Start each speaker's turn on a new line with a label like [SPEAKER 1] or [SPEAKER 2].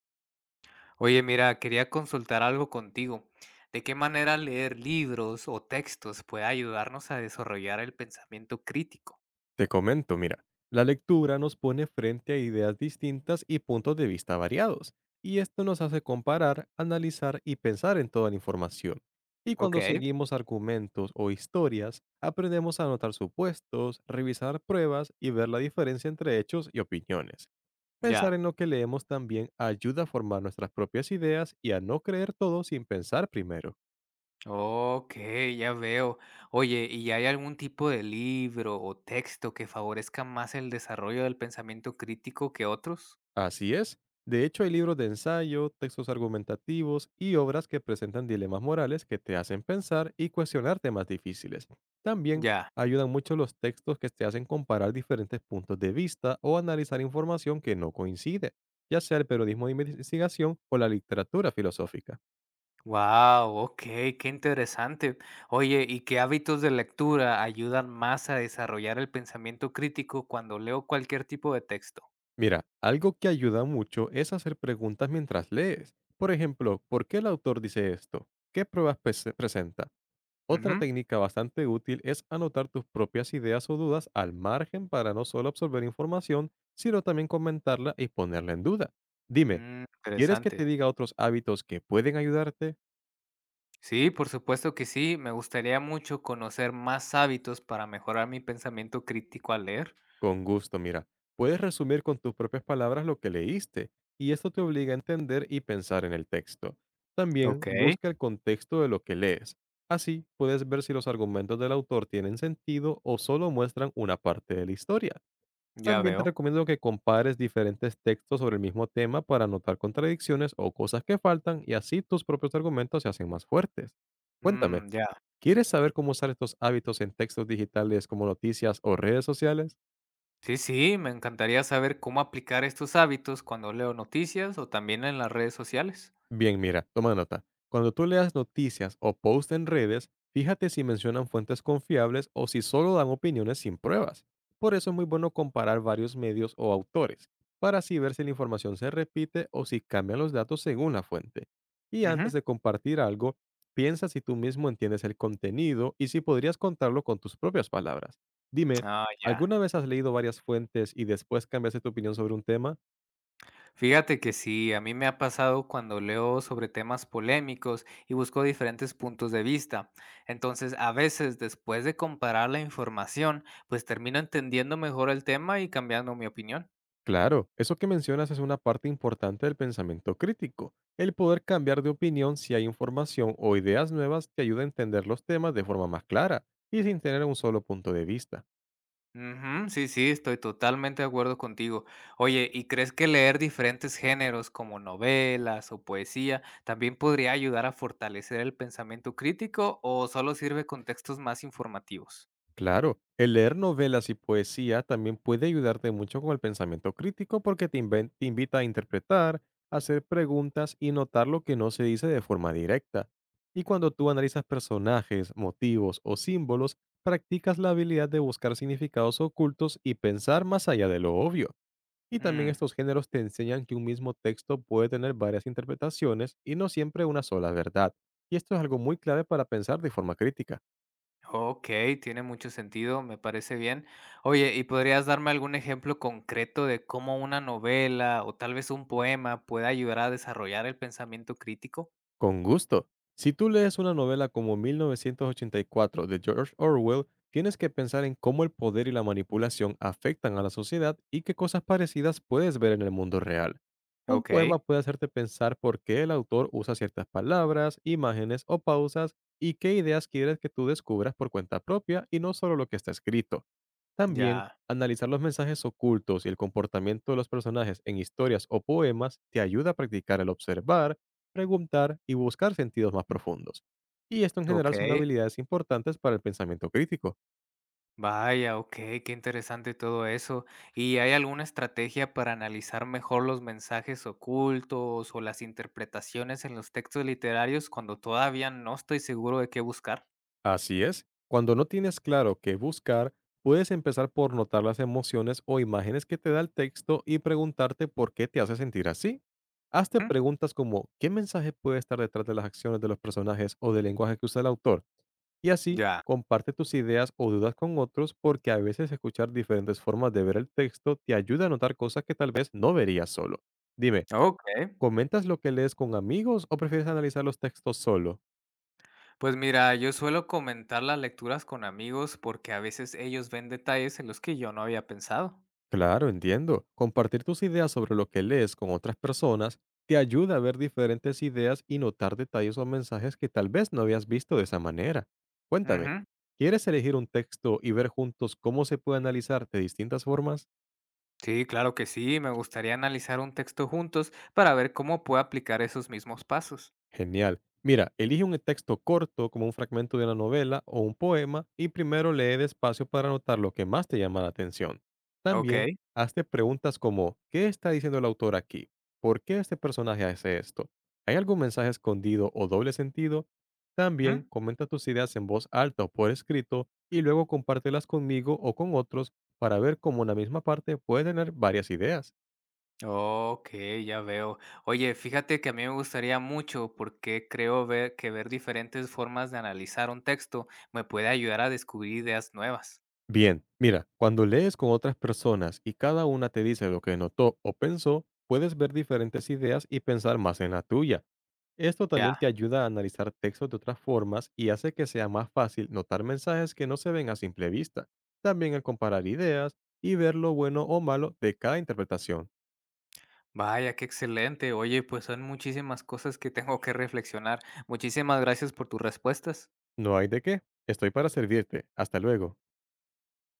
[SPEAKER 1] Oye, mira, quería consultar algo contigo. ¿De qué manera leer libros o textos puede ayudarnos a desarrollar el pensamiento crítico?
[SPEAKER 2] Te comento, mira, la lectura nos pone frente a ideas distintas y puntos de vista variados, y esto nos hace comparar, analizar y pensar en toda la información. Y
[SPEAKER 1] Ok,
[SPEAKER 2] cuando seguimos argumentos o historias, aprendemos a anotar supuestos, revisar pruebas y ver la diferencia entre hechos y opiniones. Pensar
[SPEAKER 1] ya.
[SPEAKER 2] en lo que leemos también ayuda a formar nuestras propias ideas y a no creer todo sin pensar primero.
[SPEAKER 1] Ok, ya veo. Oye, ¿y hay algún tipo de libro o texto que favorezca más el desarrollo del pensamiento crítico que otros?
[SPEAKER 2] Así es. De hecho, hay libros de ensayo, textos argumentativos y obras que presentan dilemas morales que te hacen pensar y cuestionar temas difíciles. También
[SPEAKER 1] Ya.
[SPEAKER 2] ayudan mucho los textos que te hacen comparar diferentes puntos de vista o analizar información que no coincide, ya sea el periodismo de investigación o la literatura filosófica.
[SPEAKER 1] Wow, ok, qué interesante. Oye, ¿y qué hábitos de lectura ayudan más a desarrollar el pensamiento crítico cuando leo cualquier tipo de texto?
[SPEAKER 2] Mira, algo que ayuda mucho es hacer preguntas mientras lees. Por ejemplo, ¿por qué el autor dice esto? ¿Qué pruebas presenta? Otra
[SPEAKER 1] Ujú.
[SPEAKER 2] técnica bastante útil es anotar tus propias ideas o dudas al margen para no solo absorber información, sino también comentarla y ponerla en duda. Dime,
[SPEAKER 1] Mm,
[SPEAKER 2] ¿quieres que te
[SPEAKER 1] interesante.
[SPEAKER 2] diga otros hábitos que pueden ayudarte?
[SPEAKER 1] Sí, por supuesto que sí. Me gustaría mucho conocer más hábitos para mejorar mi pensamiento crítico al leer.
[SPEAKER 2] Con gusto, mira, puedes resumir con tus propias palabras lo que leíste, y esto te obliga a entender y pensar en el texto. También
[SPEAKER 1] Ok,
[SPEAKER 2] busca el contexto de lo que lees. Así puedes ver si los argumentos del autor tienen sentido o solo muestran una parte de la historia.
[SPEAKER 1] ya
[SPEAKER 2] También te
[SPEAKER 1] veo.
[SPEAKER 2] recomiendo que compares diferentes textos sobre el mismo tema para notar contradicciones o cosas que faltan y así tus propios argumentos se hacen más fuertes. Cuéntame,
[SPEAKER 1] Mm, ya.
[SPEAKER 2] ¿quieres saber cómo usar estos hábitos en textos digitales como noticias o redes sociales?
[SPEAKER 1] Sí, sí, me encantaría saber cómo aplicar estos hábitos cuando leo noticias o también en las redes sociales.
[SPEAKER 2] Bien, mira, toma nota. Cuando tú leas noticias o posts en redes, fíjate si mencionan fuentes confiables o si solo dan opiniones sin pruebas. Por eso es muy bueno comparar varios medios o autores, para así ver si la información se repite o si cambian los datos según la fuente. Y antes
[SPEAKER 1] Ujú.
[SPEAKER 2] de compartir algo, piensa si tú mismo entiendes el contenido y si podrías contarlo con tus propias palabras. Dime,
[SPEAKER 1] Ah, ya.
[SPEAKER 2] ¿alguna vez has leído varias fuentes y después cambiaste tu opinión sobre un tema?
[SPEAKER 1] Fíjate que sí, a mí me ha pasado cuando leo sobre temas polémicos y busco diferentes puntos de vista. Entonces, a veces, después de comparar la información, pues termino entendiendo mejor el tema y cambiando mi opinión.
[SPEAKER 2] Claro, eso que mencionas es una parte importante del pensamiento crítico. El poder cambiar de opinión si hay información o ideas nuevas te ayuda a entender los temas de forma más clara y sin tener un solo punto de vista.
[SPEAKER 1] Ujú, sí, sí, estoy totalmente de acuerdo contigo. Oye, ¿y crees que leer diferentes géneros como novelas o poesía también podría ayudar a fortalecer el pensamiento crítico o solo sirve con textos más informativos?
[SPEAKER 2] Claro, el leer novelas y poesía también puede ayudarte mucho con el pensamiento crítico porque te, te invita a interpretar, hacer preguntas y notar lo que no se dice de forma directa. Y cuando tú analizas personajes, motivos o símbolos, practicas la habilidad de buscar significados ocultos y pensar más allá de lo obvio. Y también
[SPEAKER 1] Mm.
[SPEAKER 2] estos géneros te enseñan que un mismo texto puede tener varias interpretaciones y no siempre una sola verdad. Y esto es algo muy clave para pensar de forma crítica.
[SPEAKER 1] Okey, tiene mucho sentido, me parece bien. Oye, ¿y podrías darme algún ejemplo concreto de cómo una novela o tal vez un poema puede ayudar a desarrollar el pensamiento crítico?
[SPEAKER 2] Con gusto. Si tú lees una novela como 1984 de George Orwell, tienes que pensar en cómo el poder y la manipulación afectan a la sociedad y qué cosas parecidas puedes ver en el mundo real. Un
[SPEAKER 1] Okey,
[SPEAKER 2] poema puede hacerte pensar por qué el autor usa ciertas palabras, imágenes o pausas y qué ideas quieres que tú descubras por cuenta propia y no solo lo que está escrito. También,
[SPEAKER 1] ya,
[SPEAKER 2] analizar los mensajes ocultos y el comportamiento de los personajes en historias o poemas te ayuda a practicar el observar, preguntar y buscar sentidos más profundos. Y esto en general son
[SPEAKER 1] okey.
[SPEAKER 2] habilidades importantes para el pensamiento crítico.
[SPEAKER 1] Vaya, okey, qué interesante todo eso. ¿Y hay alguna estrategia para analizar mejor los mensajes ocultos o las interpretaciones en los textos literarios cuando todavía no estoy seguro de qué buscar?
[SPEAKER 2] Así es, cuando no tienes claro qué buscar, puedes empezar por notar las emociones o imágenes que te da el texto y preguntarte por qué te hace sentir así. Hazte
[SPEAKER 1] Mm,
[SPEAKER 2] preguntas como ¿qué mensaje puede estar detrás de las acciones de los personajes o del lenguaje que usa el autor? Y así,
[SPEAKER 1] ya,
[SPEAKER 2] comparte tus ideas o dudas con otros porque a veces escuchar diferentes formas de ver el texto te ayuda a notar cosas que tal vez no verías solo. Dime,
[SPEAKER 1] okey.
[SPEAKER 2] ¿comentas lo que lees con amigos o prefieres analizar los textos solo?
[SPEAKER 1] Pues mira, yo suelo comentar las lecturas con amigos porque a veces ellos ven detalles en los que yo no había pensado.
[SPEAKER 2] Claro, entiendo. Compartir tus ideas sobre lo que lees con otras personas te ayuda a ver diferentes ideas y notar detalles o mensajes que tal vez no habías visto de esa manera. Cuéntame,
[SPEAKER 1] Ujú.
[SPEAKER 2] ¿quieres elegir un texto y ver juntos cómo se puede analizar de distintas formas?
[SPEAKER 1] Sí, claro que sí, me gustaría analizar un texto juntos para ver cómo puedo aplicar esos mismos pasos.
[SPEAKER 2] Genial. Mira, elige un texto corto como un fragmento de una novela o un poema y primero lee despacio para anotar lo que más te llama la atención.
[SPEAKER 1] Ok.
[SPEAKER 2] También, hazte preguntas como ¿qué está diciendo el autor aquí? ¿Por qué este personaje hace esto? ¿Hay algún mensaje escondido o doble sentido? También
[SPEAKER 1] Ujú.
[SPEAKER 2] comenta tus ideas en voz alta o por escrito y luego compártelas conmigo o con otros para ver cómo una misma parte puede tener varias ideas.
[SPEAKER 1] Ok, ya veo. Oye, fíjate que a mí me gustaría mucho porque creo ver que ver diferentes formas de analizar un texto me puede ayudar a descubrir ideas nuevas.
[SPEAKER 2] Bien, mira, cuando lees con otras personas y cada una te dice lo que notó o pensó, puedes ver diferentes ideas y pensar más en la tuya. Esto
[SPEAKER 1] Ya.
[SPEAKER 2] también te ayuda a analizar textos de otras formas y hace que sea más fácil notar mensajes que no se ven a simple vista. También al comparar ideas y ver lo bueno o malo de cada interpretación.
[SPEAKER 1] Vaya, qué excelente. Oye, pues son muchísimas cosas que tengo que reflexionar. Muchísimas gracias por tus respuestas.
[SPEAKER 2] No hay de qué. Estoy para servirte. Hasta luego.